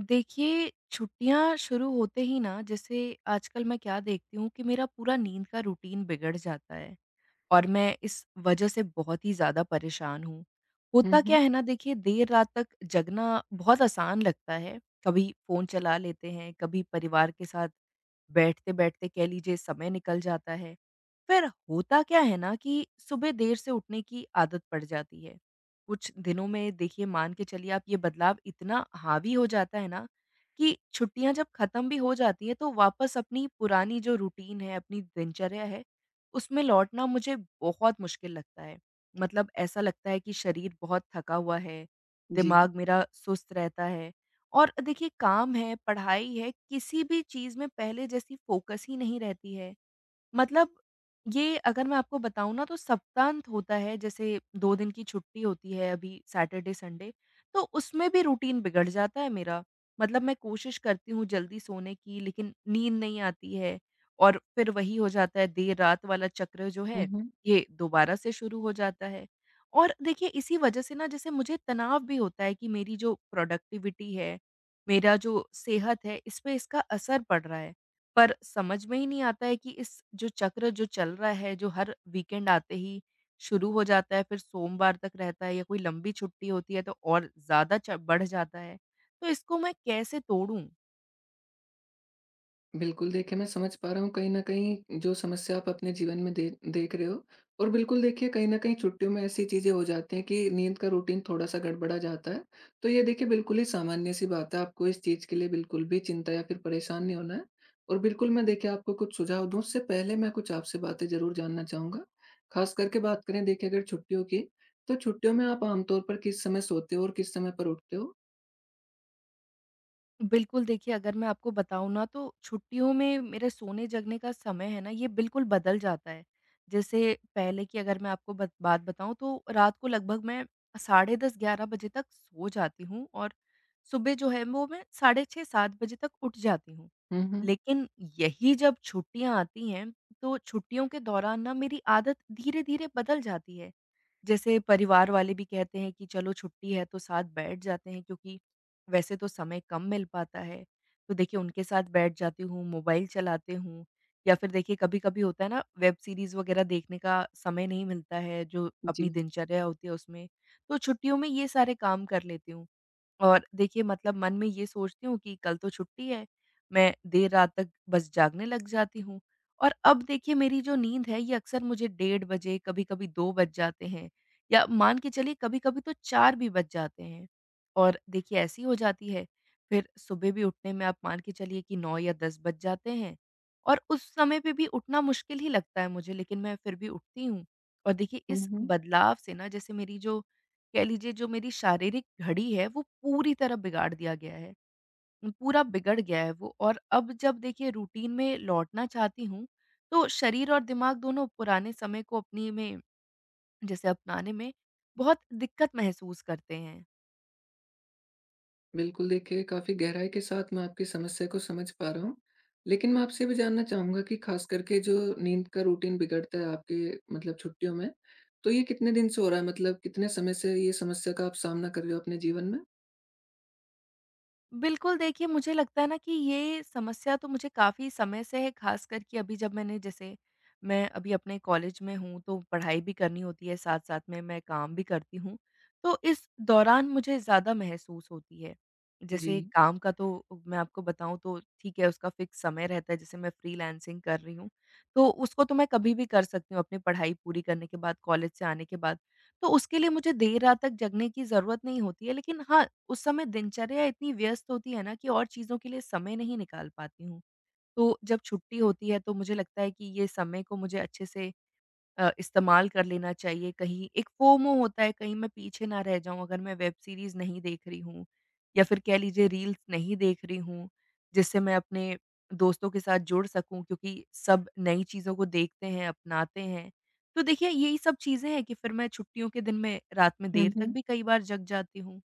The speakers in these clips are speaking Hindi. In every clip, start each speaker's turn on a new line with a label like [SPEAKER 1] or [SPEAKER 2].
[SPEAKER 1] देखिए, छुट्टियाँ शुरू होते ही ना जैसे आजकल मैं क्या देखती हूँ कि मेरा पूरा नींद का रूटीन बिगड़ जाता है और मैं इस वजह से बहुत ही ज़्यादा परेशान हूँ।
[SPEAKER 2] हुँ,
[SPEAKER 1] होता
[SPEAKER 2] हुँ।
[SPEAKER 1] क्या है ना, देखिए देर रात तक जगना बहुत आसान लगता है, कभी फ़ोन चला लेते हैं, कभी परिवार के साथ बैठते-बैठते कह लीजिए समय निकल जाता है। फिर होता क्या है ना कि सुबह देर से उठने की आदत पड़ जाती है। कुछ दिनों में देखिए मान के चलिए आप ये बदलाव इतना हावी हो जाता है ना कि छुट्टियाँ जब खत्म भी हो जाती हैं तो वापस अपनी पुरानी जो रूटीन है, अपनी दिनचर्या है, उसमें लौटना मुझे बहुत मुश्किल लगता है। मतलब ऐसा लगता है कि शरीर बहुत थका हुआ है,
[SPEAKER 2] जी।
[SPEAKER 1] दिमाग मेरा सुस्त रहता है और देखिए काम है, पढ़ाई है, किसी भी चीज़ में पहले जैसी फ़ोकस ही नहीं रहती है। मतलब ये अगर मैं आपको बताऊँ ना, तो सप्ताहांत होता है, जैसे 2 दिन की छुट्टी होती है अभी सैटरडे, संडे, तो उसमें भी रूटीन बिगड़ जाता है मेरा। मतलब मैं कोशिश करती हूँ जल्दी सोने की, लेकिन नींद नहीं आती है और फिर वही हो जाता है, देर रात वाला चक्र जो
[SPEAKER 2] हुँ,
[SPEAKER 1] है,
[SPEAKER 2] हुँ।
[SPEAKER 1] ये दोबारा से शुरू हो जाता है। और देखिए इसी वजह से ना जैसे मुझे तनाव भी होता है कि मेरी जो प्रोडक्टिविटी है, मेरा जो सेहत है, इस पे इसका असर पड़ रहा है। पर समझ में ही नहीं आता है कि इस जो चक्र जो चल रहा है, जो हर वीकेंड आते ही शुरू हो जाता है, फिर सोमवार तक रहता है, या कोई लंबी छुट्टी होती है तो और ज़्यादा च बढ़ जाता है। तो इसको मैं कैसे तोड़ूँ?
[SPEAKER 2] बिल्कुल, देखिए, मैं समझ पा रहा हूँ कहीं न कहीं जो समस्या आप अपने जीवन में दे देख रहे हो। और बिल्कुल देखिए कहीं न कहीं छुट्टियों में ऐसी चीज़ें हो जाती हैं कि नींद का रूटीन थोड़ा-सा गड़बड़ा जाता है। तो ये देखिए बिल्कुल ही सामान्य-सी बात है, आपको इस चीज़ के लिए बिल्कुल भी चिंता या फिर परेशान नहीं होना है। और बिल्कुल मैं देखिए आपको कुछ सुझाव दूँ उससे पहले मैं कुछ आपसे बातें ज़रूर जानना चाहूँगा। ख़ास करके बात करें देखिए अगर छुट्टियों की, तो छुट्टियों में आप आम तौर पर किस समय सोते हो और किस समय पर उठते हो?
[SPEAKER 1] बिल्कुल, देखिए अगर मैं आपको बताऊँ ना, तो छुट्टियों में मेरे सोने-जगने का समय है ना, ये बिल्कुल बदल जाता है। जैसे पहले की अगर मैं आपको बत बात बताऊँ, तो रात को लगभग मैं साढ़े 10-11 बजे तक सो जाती हूँ और सुबह जो है वो मैं साढ़े 6-7 बजे तक उठ जाती हूँ।
[SPEAKER 2] हुँ, हुँ।
[SPEAKER 1] लेकिन यही जब छुट्टियाँ आती हैं, तो छुट्टियों के दौरान ना मेरी आदत धीरे-धीरे बदल जाती है। जैसे परिवार वाले भी कहते हैं कि चलो छुट्टी है तो साथ बैठ जाते हैं, क्योंकि वैसे तो समय कम मिल पाता है। तो देखिए उनके साथ बैठ जाती हूँ, मोबाइल चलाती हूँ, या फिर देखिए कभी-कभी होता है ना, वेब सीरीज़ वग़ैरह देखने का समय नहीं मिलता है जो
[SPEAKER 2] जी।
[SPEAKER 1] अपनी दिनचर्या होती है उसमें, तो छुट्टियों में ये सारे काम कर लेती हूँ। और देखिए मतलब मन में ये सोचती हूँ कि कल तो छुट्टी है, मैं देर रात तक बस जागने लग जाती हूँ। और अब देखिए मेरी जो नींद है ये अक्सर मुझे डेढ़ बजे, कभी-कभी 2 बज जाते हैं, या मान के चलिए कभी-कभी तो 4 भी बज जाते हैं। और देखिए ऐसी हो जाती है, फिर सुबह भी उठने में आप मान के चलिए कि 9 या 10 बज जाते हैं और उस समय पे भी उठना मुश्किल ही लगता है मुझे, लेकिन मैं फिर भी उठती हूँ। और देखिए
[SPEAKER 2] हुँ,
[SPEAKER 1] इस
[SPEAKER 2] हुँ।
[SPEAKER 1] बदलाव से ना जैसे मेरी जो कह लीजिए, जो मेरी शारीरिक घड़ी है वो पूरी तरह बिगाड़ दिया गया है। पूरा बिगड़ गया है वो, और अब जब देखिए रूटीन में लौटना चाहती हूँ, तो शरीर और दिमाग दोनों पुराने समय को अपनी में जैसे अपनाने में बहुत दिक्कत महसूस करते हैं।
[SPEAKER 2] बिल्कुल, देखिए काफ़ी गहराई के साथ मैं आपकी समस्या को समझ पा रहा हूँ। लेकिन मैं आपसे ये भी जानना चाहूँगा कि ख़ास करके जो नींद का रूटीन बिगड़ता है आपके, मतलब छुट्टियों में, तो ये कितने दिन से हो रहा है? मतलब कितने समय से ये समस्या का आप सामना कर रहे हो अपने जीवन में?
[SPEAKER 1] बिल्कुल, देखिए मुझे लगता है ना कि ये समस्या तो मुझे काफ़ी समय से है, ख़ासकर कि अभी जब मैंने जैसे मैं अभी अपने कॉलेज में हूँ, तो पढ़ाई भी करनी होती है, साथ-साथ में मैं काम भी करती हूँ। तो इस दौरान मुझे ज़्यादा महसूस होती है।
[SPEAKER 2] जी।
[SPEAKER 1] जैसे काम का तो मैं आपको बताऊँ तो ठीक है, उसका फ़िक्स समय रहता है, जैसे मैं फ्रीलांसिंग कर रही हूँ, तो उसको तो मैं कभी भी कर सकती हूँ अपनी पढ़ाई पूरी करने के बाद, कॉलेज से आने के बाद। तो उसके लिए मुझे देर रात तक जगने की ज़रूरत नहीं होती है, लेकिन हाँ, उस समय दिनचर्या इतनी व्यस्त होती है ना कि और चीज़ों के लिए समय नहीं निकाल पाती हूँ। तो जब छुट्टी होती है तो मुझे लगता है कि ये समय को मुझे अच्छे से इस्तेमाल कर लेना चाहिए। कहीं एक फोमो होता है, कहीं मैं पीछे ना रह जाऊँ, अगर मैं वेब सीरीज़ नहीं देख रही हूँ या फिर कह लीजिए रील्स नहीं देख रही हूँ, जिससे मैं अपने दोस्तों के साथ जुड़ सकूँ, क्योंकि सब नई चीज़ों को देखते हैं, अपनाते हैं। तो देखिए यही सब चीज़ें हैं कि फिर मैं छुट्टियों के दिन में रात में देर तक भी कई बार जग जाती हूँ।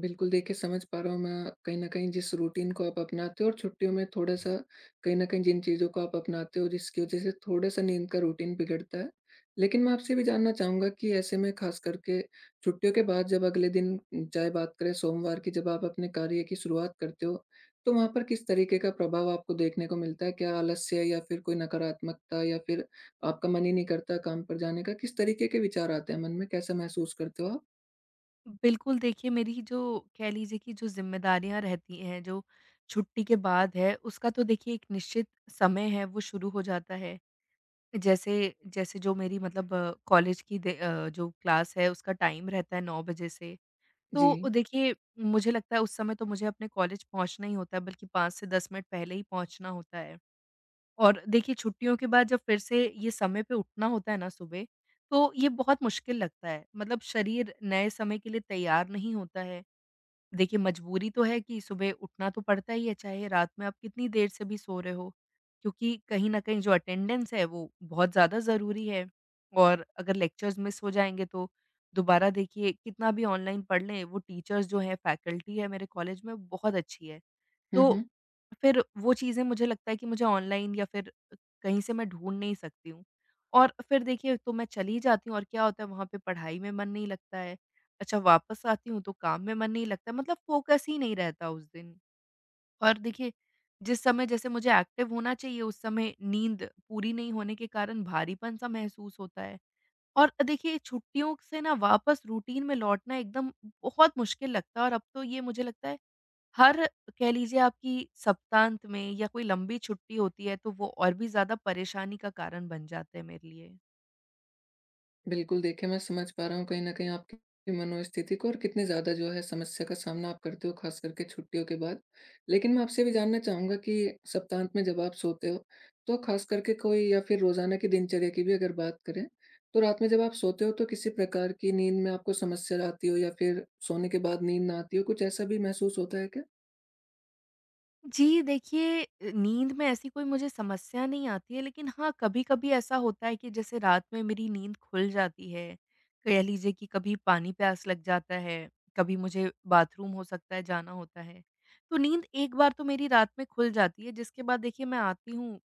[SPEAKER 2] बिल्कुल, देखिए समझ पा रहा हूँ मैं कहीं न कहीं जिस रूटीन को आप अपनाते हो और छुट्टियों में थोड़ा-सा कहीं न कहीं जिन चीज़ों को आप अपनाते हो जिसकी वज़ह से थोड़ा-सा नींद का रूटीन बिगड़ता है। लेकिन मैं आपसे भी जानना चाहूँगा कि ऐसे में ख़ास करके छुट्टियों के बाद जब अगले दिन, चाहे बात करें सोमवार की, जब आप अपने कार्य की शुरुआत करते हो, तो वहाँ पर किस तरीके का प्रभाव आपको देखने को मिलता है? क्या आलस्य या फिर कोई नकारात्मकता या फिर आपका मन ही नहीं करता काम पर जाने का? किस तरीके के विचार आते हैं मन में? कैसा महसूस करते हो आप?
[SPEAKER 1] बिल्कुल, देखिए मेरी जो कह लीजिए कि जो ज़िम्मेदारियाँ रहती हैं, जो छुट्टी के बाद है, उसका तो देखिए एक निश्चित समय है, वो शुरू हो जाता है। जैसे जैसे जो मेरी मतलब कॉलेज की जो क्लास है उसका टाइम रहता है 9 बजे से, तो
[SPEAKER 2] जी।
[SPEAKER 1] देखिए मुझे लगता है उस समय तो मुझे अपने कॉलेज पहुँचना ही होता है, बल्कि 5 से 10 मिनट पहले ही पहुँचना होता है। और देखिए छुट्टियों के बाद जब फिर से ये समय पे उठना होता है ना सुबह, तो ये बहुत मुश्किल लगता है। मतलब शरीर नए समय के लिए तैयार नहीं होता है। देखिए मजबूरी तो है कि सुबह उठना तो पड़ता ही है, चाहे रात में आप कितनी देर से भी सो रहे हो। क्योंकि कहीं न कहीं जो अटेंडेंस है वो बहुत ज़्यादा ज़रूरी है, और अगर लेक्चर्स मिस हो जाएँगे तो दोबारा देखिए कितना भी ऑनलाइन पढ़ लें, वो टीचर्स जो हैं, फैकल्टी है मेरे कॉलेज में, बहुत अच्छी है।
[SPEAKER 2] हुँ,
[SPEAKER 1] तो
[SPEAKER 2] हुँ।
[SPEAKER 1] फिर वो चीज़ें मुझे लगता है कि मुझे ऑनलाइन या फिर कहीं से मैं ढूँढ नहीं सकती हूँ। और फिर देखिए तो मैं चली जाती हूँ और क्या होता है, वहाँ पे पढ़ाई में मन नहीं लगता है। अच्छा, वापस आती हूँ तो काम में मन नहीं लगता, मतलब फ़ोकस ही नहीं रहता उस दिन। और देखिए जिस समय जैसे मुझे एक्टिव होना चाहिए, उस समय नींद पूरी नहीं होने के कारण भारीपन-सा महसूस होता है। और देखिए छुट्टियों से ना वापस रूटीन में लौटना एकदम बहुत मुश्किल लगता है, और अब तो ये मुझे लगता है हर कह लीजिए आपकी सप्तांत में, या कोई लंबी छुट्टी होती है तो वो और भी ज़्यादा परेशानी का कारण बन जाते हैं मेरे लिए।
[SPEAKER 2] बिल्कुल, देखिए मैं समझ पा रहा हूँ कहीं न कहीं आपकी मनोस्थिति को, और कितने ज़्यादा जो है समस्या का सामना आप करते हो ख़ास करके छुट्टियों के बाद। लेकिन मैं आपसे भी जानना चाहूँगा कि सप्तांत में जब आप सोते हो, तो ख़ास करके कोई, या फिर रोज़ाना की दिनचर्या की भी अगर बात करें, तो रात में जब आप सोते हो तो किसी प्रकार की नींद में आपको समस्या आती हो या फिर सोने के बाद नींद ना आती हो, कुछ ऐसा भी महसूस होता है क्या?
[SPEAKER 1] जी, देखिए नींद में ऐसी कोई मुझे समस्या नहीं आती है, लेकिन हाँ, कभी-कभी ऐसा होता है कि जैसे रात में मेरी नींद खुल जाती है, कह लीजिए कि कभी पानी प्यास लग जाता है, कभी मुझे बाथरूम हो सकता है जाना होता है। तो नींद एक बार तो मेरी रात में खुल जाती है, जिसके बाद देखिए मैं आती हूँ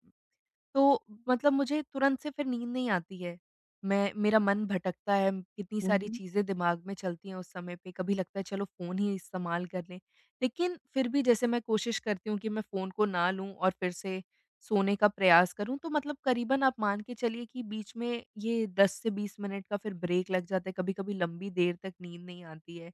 [SPEAKER 1] तो मतलब मुझे तुरंत से फिर नींद नहीं आती है। मैं मेरा मन भटकता है, कितनी
[SPEAKER 2] हुँ,
[SPEAKER 1] सारी
[SPEAKER 2] हुँ।
[SPEAKER 1] चीज़ें दिमाग में चलती हैं उस समय पे, कभी लगता है चलो फ़ोन ही इस्तेमाल कर लें। लेकिन फिर भी जैसे मैं कोशिश करती हूँ कि मैं फ़ोन को ना लूँ और फिर से सोने का प्रयास करूँ, तो मतलब करीबन आप मान के चलिए कि बीच में ये 10 से 20 मिनट का फिर ब्रेक लग जाता है, कभी-कभी लंबी देर तक नींद नहीं आती है।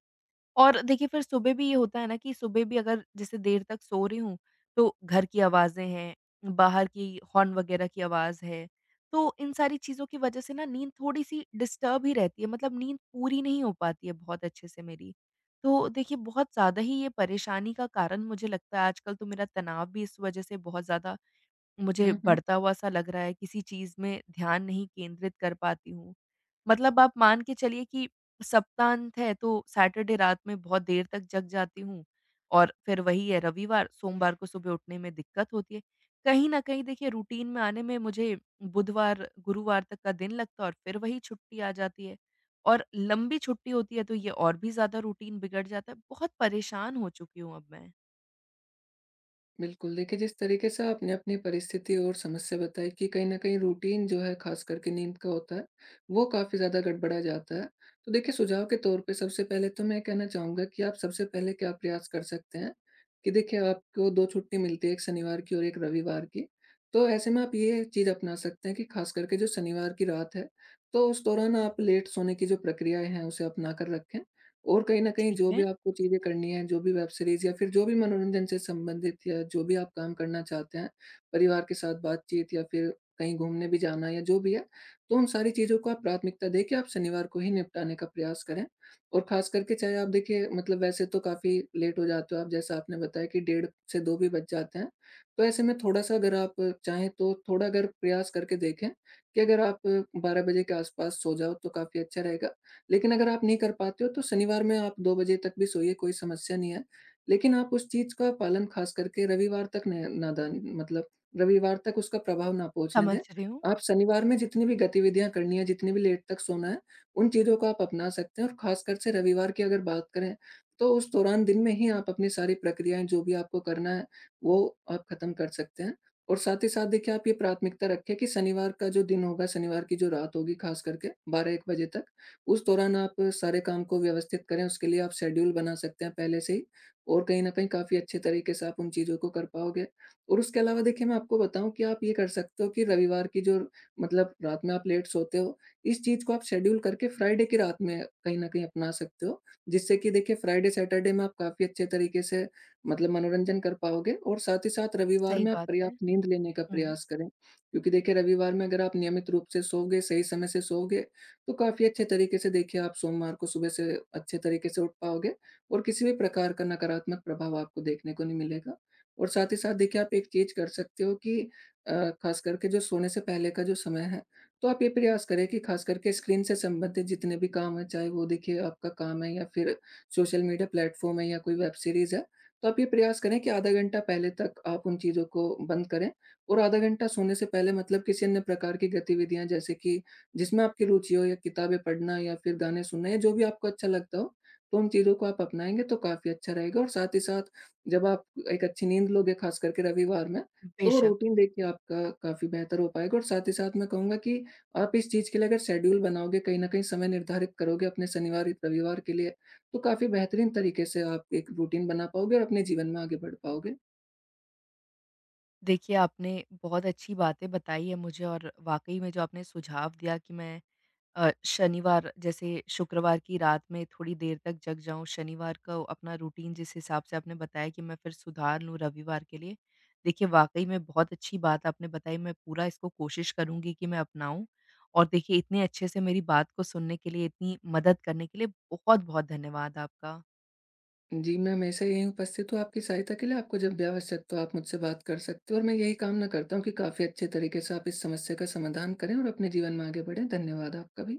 [SPEAKER 1] और देखिए फिर सुबह भी ये होता है ना कि सुबह भी अगर जैसे देर तक सो रही हूँ, तो घर की आवाज़ें हैं, बाहर की हॉर्न वगैरह की आवाज़ है, तो इन सारी चीज़ों की वज़ह से ना नींद थोड़ी-सी डिस्टर्ब ही रहती है, मतलब नींद पूरी नहीं हो पाती है बहुत अच्छे से मेरी। तो देखिए बहुत ज़्यादा ही ये परेशानी का कारण मुझे लगता है, आजकल तो मेरा तनाव भी इस वज़ह से बहुत ज़्यादा मुझे
[SPEAKER 2] हुँ, हुँ।
[SPEAKER 1] बढ़ता हुआ-सा लग रहा है, किसी चीज़ में ध्यान नहीं केंद्रित कर पाती हूँ। मतलब आप मान के चलिए कि सप्ताहांत है, तो सैटरडे रात में बहुत देर तक जग जाती हूँ और फिर वही है, रविवार, सोमवार को सुबह उठने में दिक्कत होती है। कहीं न कहीं देखिए रूटीन में आने में मुझे बुधवार, गुरुवार तक का दिन लगता है और फिर वही छुट्टी आ जाती है, और लंबी छुट्टी होती है, तो ये और भी ज़्यादा रूटीन बिगड़ जाता है। बहुत परेशान हो चुकी हूँ अब मैं।
[SPEAKER 2] बिल्कुल, देखिए जिस तरीके से आपने अपनी परिस्थिति और समस्या बताई कि कहीं न कहीं रूटीन जो है ख़ास करके नींद का होता है, वो काफ़ी ज़्यादा गड़बड़ा जाता है। तो देखिए सुझाव के तौर पे सबसे पहले तो मैं कहना चाहूँगा कि आप सबसे पहले क्या प्रयास कर सकते हैं, कि देखिए आपको 2 छुट्टी मिलती है, 1 शनिवार की और 1 रविवार की। तो ऐसे में आप ये चीज़ अपना सकते हैं कि ख़ास करके जो शनिवार की रात है, तो उस दौरान आप लेट सोने की जो प्रक्रियाएँ हैं उसे अपना कर रखें। और कहीं न कहीं
[SPEAKER 1] ठीक
[SPEAKER 2] जो भी
[SPEAKER 1] है,
[SPEAKER 2] आपको चीज़ें करनी है, जो भी वेब सीरीज़ या फिर जो भी मनोरंजन से संबंधित या जो भी आप काम करना चाहते हैं, परिवार के साथ बातचीत या फिर कहीं घूमने भी जाना या जो भी है, तो उन सारी चीज़ों को आप प्राथमिकता देके आप शनिवार को ही निपटाने का प्रयास करें। और ख़ास करके चाहे आप देखिए मतलब वैसे तो काफ़ी लेट हो जाते हो आप, जैसा आपने बताया कि 1:30 से 2 भी बज जाते हैं। तो ऐसे में थोड़ा-सा अगर आप चाहें तो थोड़ा अगर प्रयास करके देखें कि अगर आप 12 बजे के आस-पास सो जाओ तो काफ़ी अच्छा रहेगा। लेकिन अगर आप नहीं कर पाते हो तो शनिवार में आप 2 बजे तक भी सोइए, कोई समस्या नहीं है। लेकिन आप उस चीज़ का पालन ख़ास करके रविवार तक न ना दान मतलब रविवार तक उसका प्रभाव ना पहुँचने
[SPEAKER 1] समझ
[SPEAKER 2] दें।
[SPEAKER 1] रही हूँ।
[SPEAKER 2] आप शनिवार में जितनी भी गतिविधियाँ करनी है, जितनी भी लेट तक सोना है, उन चीज़ों को आप अपना सकते हैं और ख़ासकर से रविवार की अगर बात करें, तो उस दौरान दिन में ही आप अपनी सारी प्रक्रियाएँ जो भी आपको करना है, वो आप ख़त्म कर सकते हैं। और साथ ही साथ देखिए आप ये प्राथमिकता रखें कि शनिवार का जो दिन होगा, शनिवार की जो रात होगी ख़ास करके 12-1 बजे तक, उस दौरान आप सारे काम को व्यवस्थित करें, उसके लिए आप शेड्यूल बना सकते हैं पहले से ही, और कहीं न कहीं काफ़ी अच्छे तरीके से आप उन चीज़ों को कर पाओगे। और उसके अलावा देखिए मैं आपको बताऊँ कि आप ये कर सकते हो कि रविवार की जो मतलब रात में आप लेट सोते हो, इस चीज़ को आप शेड्यूल करके फ्राइडे की रात में कहीं न कहीं अपना सकते हो, जिससे कि देखिए फ्राइडे सैटरडे में आप काफ़ी अच्छे तरीके से मतलब मनोरंजन कर पाओगे, और साथ ही साथ रविवार
[SPEAKER 1] सही
[SPEAKER 2] में आप
[SPEAKER 1] बात है।
[SPEAKER 2] पर्याप्त नींद लेने का
[SPEAKER 1] हुँ।
[SPEAKER 2] प्रयास करें। क्योंकि देखिए रविवार में अगर आप नियमित रूप से सोओगे, सही समय से सोओगे, तो काफ़ी अच्छे तरीके से देखिए आप सोमवार को सुबह से अच्छे तरीके से उठ पाओगे और किसी भी प्रकार का नकारात्मक प्रभाव आपको देखने को नहीं मिलेगा। और साथ ही साथ देखिए आप एक चीज़ कर सकते हो कि अ, खास करके जो सोने से पहले का जो समय है, तो आप ये प्रयास करें कि खास करके स्क्रीन से संबंधित जितने भी काम हैं, चाहे वो देखिए आपका काम है या फिर सोशल मीडिया प्लेटफ़ॉर्म है या कोई वेब सीरीज़ है, तो आप ये प्रयास करें कि आधा घंटा पहले तक आप उन चीज़ों को बंद करें, और आधा घंटा सोने से पहले मतलब किसी अन्य प्रकार की गतिविधियाँ जैसे कि जिसमें आपकी रुचि हो या किताबें पढ़ना या फिर गाने सुनना या जो भी आपको अच्छा लगता हो, तो उन चीज़ों को आप अपनाएँगे तो काफ़ी अच्छा रहेगा। और साथ ही साथ जब आप एक अच्छी नींद लोगे ख़ास करके रविवार में, तो वो
[SPEAKER 1] बेशक।
[SPEAKER 2] रूटीन देखिए आपका काफ़ी बेहतर हो पाएगा। और साथ ही साथ मैं कहूँगा कि आप इस चीज़ के लिए अगर शेड्यूल बनाओगे, कहीं न कहीं समय निर्धारित करोगे अपने शनिवार रविवार के लिए, तो काफ़ी बेहतरीन तरीके से आप एक रूटीन बना पाओगे और अपने जीवन में आगे बढ़ पाओगे।
[SPEAKER 1] देखिए, आपने बहुत अच्छी बातें बताई हैं मुझे, और वाक़ई में जो आपने सुझाव दिया कि मैं शनिवार, जैसे शुक्रवार की रात में थोड़ी देर तक जग जाऊँ, शनिवार को अपना रूटीन जिस हिसाब से आपने बताया कि मैं फिर सुधार लूँ रविवार के लिए। देखिए, वाक़ई में बहुत अच्छी बात आपने बताई, मैं पूरा इसको कोशिश करूँगी कि मैं अपनाऊँ। और देखिए, इतने अच्छे से मेरी बात को सुनने के लिए, इतनी मदद करने के लिए बहुत-बहुत धन्यवाद आपका।
[SPEAKER 2] जी, मैं हमेशा यहीं उपस्थित हूँ आपकी सहायता के लिए, आपको जब भी आवश्यकता हो आप मुझसे बात कर सकते हो, और मैं यही कामना करता हूँ कि काफ़ी अच्छे तरीके से आप इस समस्या का समाधान करें और अपने जीवन में आगे बढ़ें। धन्यवाद आपका भी।